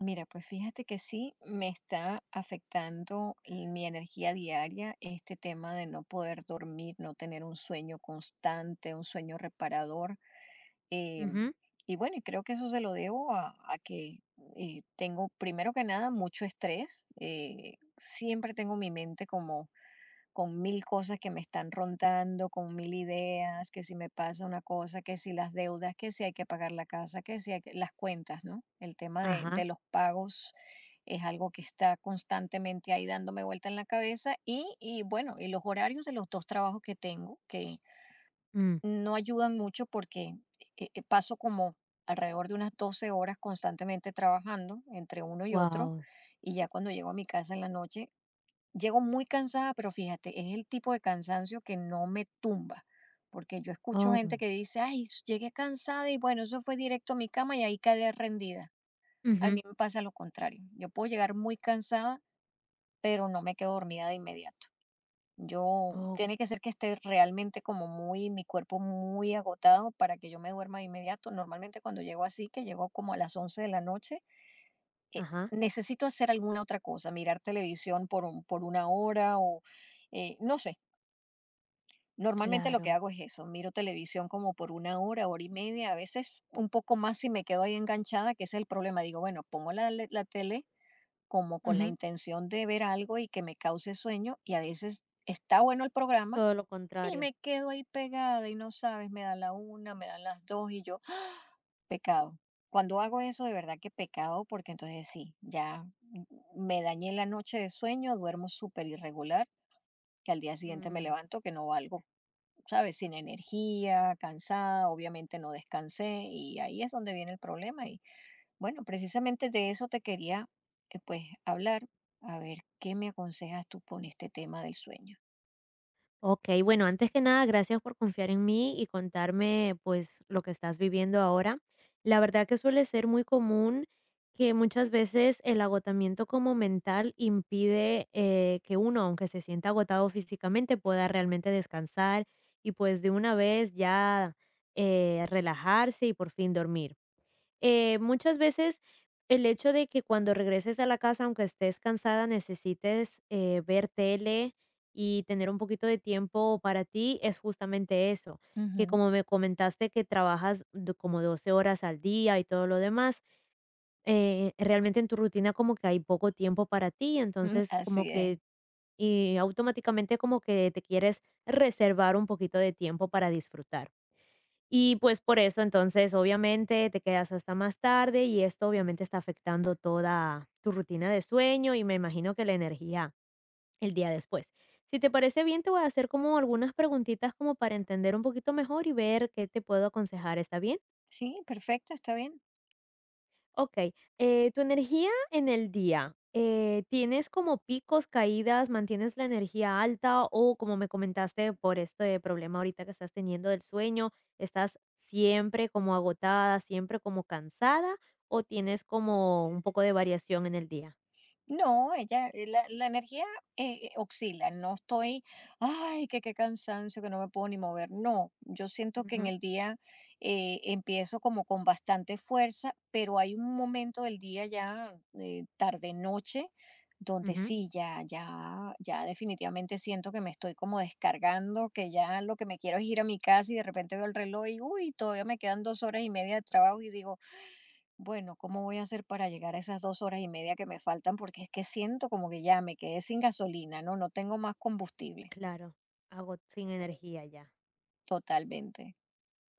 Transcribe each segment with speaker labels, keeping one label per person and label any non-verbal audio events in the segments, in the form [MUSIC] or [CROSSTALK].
Speaker 1: Mira, pues fíjate que sí, me está afectando mi energía diaria este tema de no poder dormir, no tener un sueño constante, un sueño reparador. eh,
Speaker 2: Ujú,
Speaker 1: y bueno, y creo que eso se lo debo a que tengo, primero que nada, mucho estrés. Siempre tengo mi mente como con mil cosas que me están rondando, con mil ideas, que si me pasa una cosa, que si las deudas, que si hay que pagar la casa, que si hay que- las cuentas, ¿no? El tema de
Speaker 2: ajá,
Speaker 1: los pagos es algo que está constantemente ahí dándome vuelta en la cabeza y bueno, y los horarios de los dos trabajos que tengo, que
Speaker 2: mm.
Speaker 1: no ayudan mucho porque paso como alrededor de unas 12 horas constantemente trabajando entre uno y otro
Speaker 2: Guau,
Speaker 1: y ya cuando llego a mi casa en la noche. Llego muy cansada, pero fíjate, es el tipo de cansancio que no me tumba, porque yo escucho gente
Speaker 2: oh.
Speaker 1: que dice, ay, llegué cansada y bueno, eso fue directo a mi cama y ahí quedé rendida. A
Speaker 2: Ujú.
Speaker 1: mí me pasa lo contrario. Yo puedo llegar muy cansada, pero no me quedo dormida de inmediato. Yo
Speaker 2: Oh,
Speaker 1: tiene que ser que esté realmente como muy, mi cuerpo muy agotado para que yo me duerma de inmediato. Normalmente cuando llego así, que llego como a las 11 de la noche, eh,
Speaker 2: ajá,
Speaker 1: necesito hacer alguna otra cosa, mirar televisión por, por una hora o no sé. Normalmente lo que
Speaker 2: claro.
Speaker 1: hago es eso, miro televisión como por una hora, hora y media, a veces un poco más si me quedo ahí enganchada, que ese es el problema. Digo, bueno, pongo la tele como con la
Speaker 2: Ujú,
Speaker 1: intención de ver algo y que me cause sueño y a veces está bueno el programa,
Speaker 2: todo lo
Speaker 1: y
Speaker 2: contrario.
Speaker 1: me quedo ahí pegada y no sabes, me dan la una, me dan las dos y yo, [GASPS] ¡ah! Pecado. Cuando hago eso, de verdad que pecado, porque entonces sí, ya me dañé la noche de sueño, duermo súper irregular, que al día siguiente me
Speaker 2: Mm.
Speaker 1: levanto que no valgo, ¿sabes? Sin energía, cansada, obviamente no descansé y ahí es donde viene el problema. Y bueno, precisamente de eso te quería, pues, hablar, a ver qué me aconsejas tú con este tema del sueño.
Speaker 2: Okey, bueno, antes que nada, gracias por confiar en mí y contarme, pues, lo que estás viviendo ahora. La verdad que suele ser muy común que muchas veces el agotamiento como mental impide, que uno, aunque se sienta agotado físicamente, pueda realmente descansar y, pues, de una vez ya, relajarse y por fin dormir. Muchas veces el hecho de que cuando regreses a la casa, aunque estés cansada, necesites ver tele y tener un poquito de tiempo para ti, es justamente eso, que
Speaker 1: Ujú,
Speaker 2: como me comentaste que trabajas como 12 horas al día y todo lo demás, realmente en tu rutina como que hay poco tiempo para ti,
Speaker 1: [LAUGHS] mm,
Speaker 2: entonces como
Speaker 1: así es.
Speaker 2: que y automáticamente como que te quieres reservar un poquito de tiempo para disfrutar. Y pues por eso, entonces, obviamente te quedas hasta más tarde y esto obviamente está afectando toda tu rutina de sueño y me imagino que la energía el día después. Si te parece bien, te voy a hacer como algunas preguntitas como para entender un poquito mejor y ver qué te puedo aconsejar, ¿está bien?
Speaker 1: Sí, perfecto, está bien.
Speaker 2: Okey, tu energía en el día, ¿tienes como picos, caídas, mantienes la energía alta? O como me comentaste, por este problema ahorita que estás teniendo del sueño, ¿estás siempre como agotada, siempre como cansada, o tienes como un poco de variación en el día?
Speaker 1: No, ella, la energía oscila, no estoy, ay, que qué cansancio, que no me puedo ni mover. No, yo siento que en
Speaker 2: Ujú,
Speaker 1: el día empiezo como con bastante fuerza, pero hay un momento del día ya, tarde noche, donde
Speaker 2: ujú,
Speaker 1: sí, ya, ya, ya definitivamente siento que me estoy como descargando, que ya lo que me quiero es ir a mi casa y de repente veo el reloj y, uy, todavía me quedan 2 horas y media de trabajo y digo, bueno, ¿cómo voy a hacer para llegar a esas 2 horas y media que me faltan? Porque es que siento como que ya me quedé sin gasolina, ¿no? No tengo más
Speaker 2: mm,
Speaker 1: combustible,
Speaker 2: claro, ago sin energía ya.
Speaker 1: totalmente.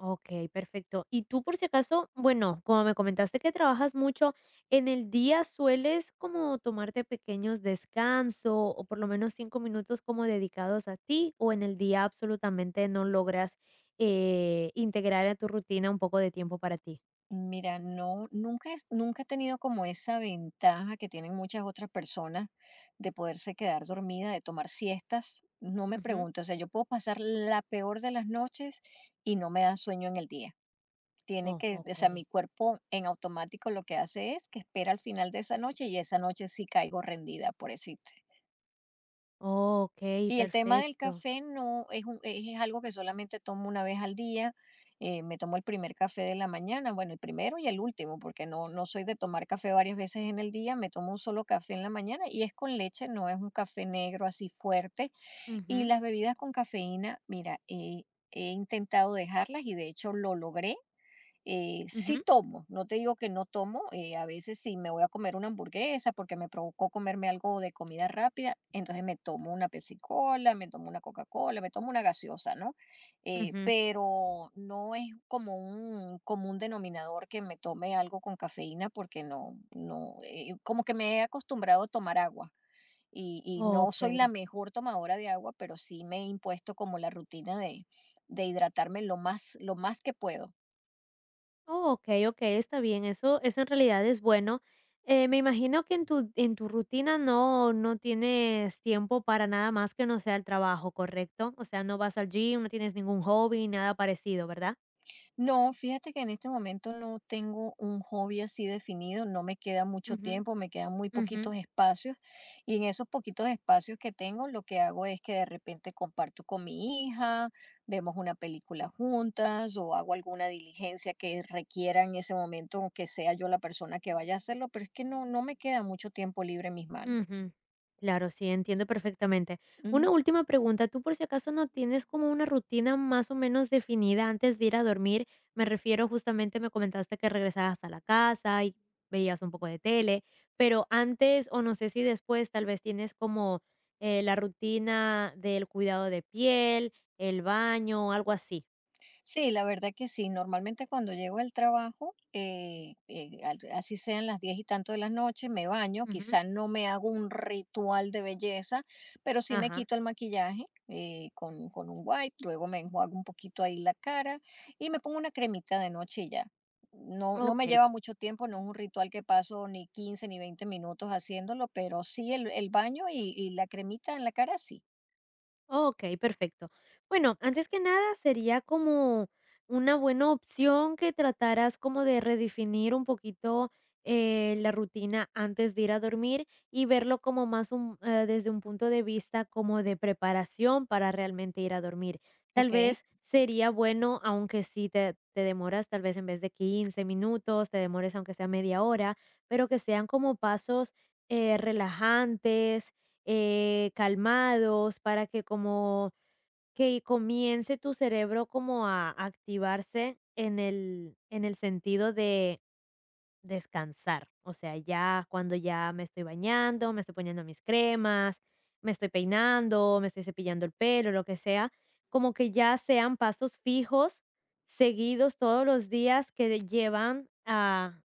Speaker 2: Ok, perfecto. Y tú por si acaso, bueno, como me comentaste que trabajas mucho, en el día sueles como tomarte pequeños descansos o por lo menos 5 minutos como dedicados a ti o en el día absolutamente no logras integrar a tu rutina un poco de tiempo para ti.
Speaker 1: Mira, no, nunca, nunca he tenido como esa ventaja que tienen muchas otras personas de poderse quedar dormida, de tomar siestas. No me
Speaker 2: Ujú.
Speaker 1: pregunto, o sea, yo puedo pasar la peor de las noches y no me da sueño en el día. Tiene
Speaker 2: Oh,
Speaker 1: que,
Speaker 2: ok.
Speaker 1: o sea, mi cuerpo en automático lo que hace es que espera al final de esa noche y esa noche sí caigo rendida, por eso.
Speaker 2: Ok,
Speaker 1: Y el tema del
Speaker 2: perfecto.
Speaker 1: café no es un es algo que solamente tomo una vez al día, me tomo el primer café de la mañana, bueno, el primero y el último, porque no no soy de tomar café varias veces en el día, me tomo un solo café en la mañana y es con leche, no es un café negro así fuerte. Y
Speaker 2: Ujú,
Speaker 1: las bebidas con cafeína, mira, he intentado dejarlas y de hecho lo logré. Sí
Speaker 2: ujú,
Speaker 1: tomo, no te digo que no tomo, a veces sí me voy a comer una hamburguesa porque me provocó comerme algo de comida rápida, entonces me tomo una Pepsi Cola, me tomo una Coca-Cola, me tomo una gaseosa, ¿no?
Speaker 2: ujú.
Speaker 1: Pero no es como un común denominador que me tome algo con cafeína porque no, no, como que me he acostumbrado a tomar agua. Y no
Speaker 2: Ok.
Speaker 1: soy la mejor tomadora de agua, pero sí me he impuesto como la rutina de hidratarme lo más que puedo.
Speaker 2: Oh, okey, okey, está bien, eso en realidad es bueno. Me imagino que en tu rutina no tienes tiempo para nada más que no sea el trabajo, ¿correcto? O sea, no vas al gym, no tienes ningún hobby, nada parecido, ¿verdad?
Speaker 1: No, fíjate que en este momento no tengo un hobby así definido, no me queda mucho
Speaker 2: Ujú,
Speaker 1: tiempo, me quedan muy
Speaker 2: ujú.
Speaker 1: poquitos espacios y en esos poquitos espacios que tengo lo que hago es que de repente comparto con mi hija, vemos una película juntas o hago alguna diligencia que requiera en ese momento que sea yo la persona que vaya a hacerlo, pero es que no, no me queda mucho tiempo libre en mis manos.
Speaker 2: Ujú. Claro, sí, entiendo perfectamente. Una
Speaker 1: Ujú.
Speaker 2: última pregunta, ¿tú por si acaso no tienes como una rutina más o menos definida antes de ir a dormir? Me refiero justamente, me comentaste que regresabas a la casa y veías un poco de tele, pero antes o no sé si después tal vez tienes como la rutina del cuidado de piel, el baño, algo así.
Speaker 1: Sí, la verdad que sí. Normalmente cuando llego al trabajo, así sean las 10 y tanto de la noche, me baño,
Speaker 2: Ujú.
Speaker 1: quizá no me hago un ritual de belleza, pero sí me
Speaker 2: Ajá,
Speaker 1: quito el maquillaje con un wipe, luego me enjuago un poquito ahí la cara y me pongo una cremita de noche y ya. No, no
Speaker 2: ok,
Speaker 1: me lleva mucho tiempo, no es un ritual que paso ni 15 ni 20 minutos haciéndolo, pero sí el baño y la cremita en la cara, sí.
Speaker 2: okey, perfecto. Bueno, antes que nada, sería como una buena opción que trataras como de redefinir un poquito, la rutina antes de ir a dormir y verlo como más un desde un punto de vista como de preparación para realmente ir a dormir. Tal
Speaker 1: Ok,
Speaker 2: vez sería bueno, aunque sí te demoras, tal vez en vez de 15 minutos, te demores aunque sea media hora, pero que sean como pasos, relajantes, calmados, para que como que comience tu cerebro como a activarse en el sentido de descansar. O sea, ya cuando ya me estoy bañando, me estoy poniendo mis cremas, me estoy peinando, me estoy cepillando el pelo, lo que sea, como que ya sean pasos fijos, seguidos todos los días que llevan a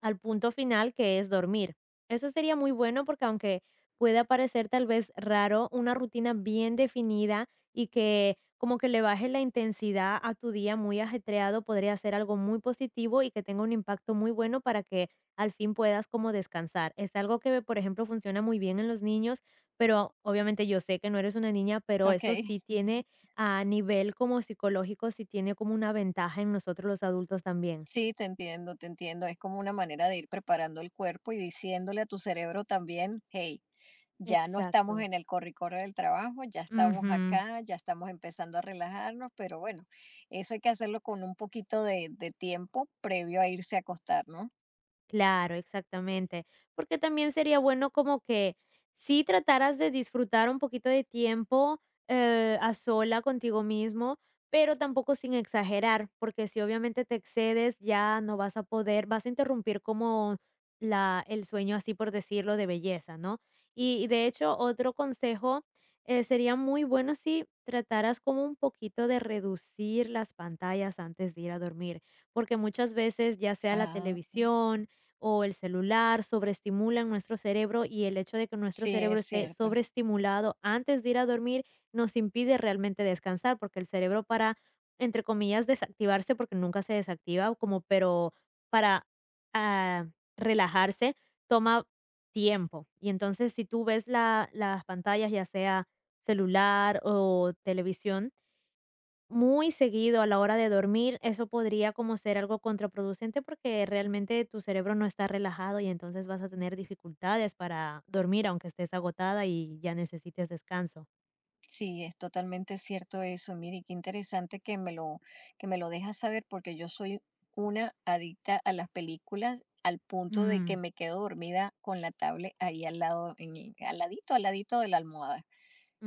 Speaker 2: al punto final, que es dormir. Eso sería muy bueno porque aunque pueda parecer tal vez raro, una rutina bien definida y que como que le bajes la intensidad a tu día muy ajetreado podría ser algo muy positivo y que tenga un impacto muy bueno para que al fin puedas como descansar. Es algo que, por ejemplo, funciona muy bien en los niños, pero obviamente yo sé que no eres una niña, pero
Speaker 1: ok.
Speaker 2: eso sí tiene a nivel como psicológico, sí tiene como una ventaja en nosotros los adultos también.
Speaker 1: Sí, te entiendo, te entiendo. Es como una manera de ir preparando el cuerpo y diciéndole a tu cerebro también, hey, ya no estamos
Speaker 2: Exacto.
Speaker 1: en el corre-corre del trabajo, ya estamos
Speaker 2: Ujú.
Speaker 1: acá, ya estamos empezando a relajarnos, pero bueno, eso hay que hacerlo con un poquito de tiempo previo a irse a acostar, ¿no?
Speaker 2: Claro, exactamente. Porque también sería bueno como que si trataras de disfrutar un poquito de tiempo a sola contigo mismo, pero tampoco sin exagerar, porque si obviamente te excedes ya no vas a poder, vas a interrumpir como la, el sueño, así por decirlo, de belleza, ¿no? Y de hecho, otro consejo sería muy bueno si trataras como un poquito de reducir las pantallas antes de ir a dormir, porque muchas veces ya sea la
Speaker 1: Ah,
Speaker 2: televisión, o el celular sobreestimulan nuestro cerebro y el hecho de que nuestro
Speaker 1: sí,
Speaker 2: cerebro
Speaker 1: es
Speaker 2: esté
Speaker 1: cierto.
Speaker 2: sobreestimulado antes de ir a dormir nos impide realmente descansar, porque el cerebro para, entre comillas, desactivarse, porque nunca se desactiva, como pero para ah, relajarse, toma tiempo. Y entonces si tú ves las pantallas, ya sea celular o televisión, muy seguido a la hora de dormir, eso podría como ser algo contraproducente porque realmente tu cerebro no está relajado y entonces vas a tener dificultades para dormir aunque estés agotada y ya necesites descanso.
Speaker 1: Sí, es totalmente cierto eso. Mire, y qué interesante que que me lo dejas saber porque yo soy una adicta a las películas al punto de que
Speaker 2: Mm.
Speaker 1: me quedo dormida con la tablet ahí al lado, al ladito de la almohada.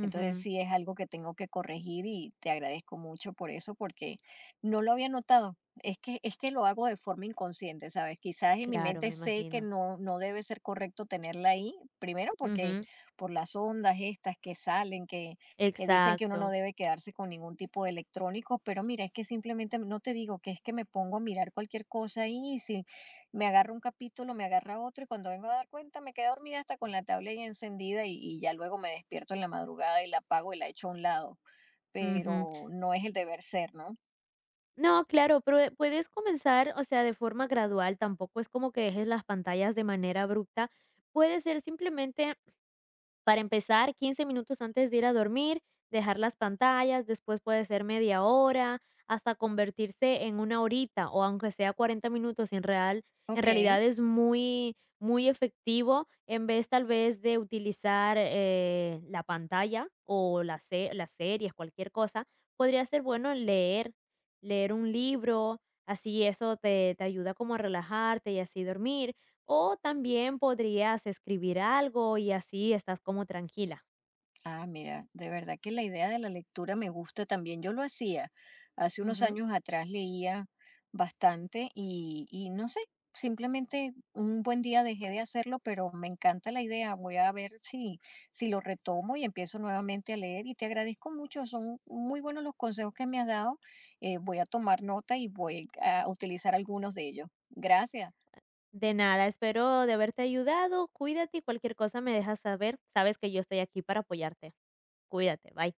Speaker 1: Entonces sí es algo que tengo que corregir y te agradezco mucho por eso porque no lo había notado. Es que lo hago de forma inconsciente, ¿sabes? Quizás en mi
Speaker 2: claro,
Speaker 1: mente
Speaker 2: me
Speaker 1: sé que
Speaker 2: imagino.
Speaker 1: no, no debe ser correcto tenerla ahí, primero porque
Speaker 2: Ujú,
Speaker 1: por las ondas estas que salen, que dicen que uno no
Speaker 2: exacto.
Speaker 1: debe quedarse con ningún tipo de electrónico, pero mira, es que simplemente no te digo que es que me pongo a mirar cualquier cosa ahí y si me agarra un capítulo, me agarra otro y cuando vengo a dar cuenta me quedé dormida hasta con la tablet ahí encendida y ya luego me despierto en la madrugada y la apago y la echo a un lado,
Speaker 2: Ujú.
Speaker 1: pero no es el deber ser, ¿no?
Speaker 2: No, claro, pero, puedes comenzar, o sea, de forma gradual, tampoco es como que dejes las pantallas de manera abrupta. Puede ser simplemente para empezar, 15 minutos antes de ir a dormir, dejar las pantallas, después puede ser media hora, hasta convertirse en una horita o aunque sea 40 minutos en real. En
Speaker 1: Ok.
Speaker 2: realidad es muy, muy efectivo en vez tal vez de utilizar la pantalla o las series, cualquier cosa. Podría ser bueno leer, leer un libro, así eso te, te ayuda como a relajarte y así dormir o también podrías escribir algo y así estás como tranquila.
Speaker 1: Ah, mira, de verdad que la idea de la lectura me gusta también. Yo lo hacía. Hace unos
Speaker 2: Ujú.
Speaker 1: años atrás leía bastante y no sé, simplemente un buen día dejé de hacerlo, pero me encanta la idea. Voy a ver si lo retomo y empiezo nuevamente a leer. Y te agradezco mucho, son muy buenos los consejos que me has dado. Voy a tomar nota y voy a utilizar algunos de ellos. Gracias.
Speaker 2: De nada, espero de haberte ayudado. Cuídate y cualquier cosa me dejas saber. Sabes que yo estoy aquí para apoyarte. Cuídate, bye.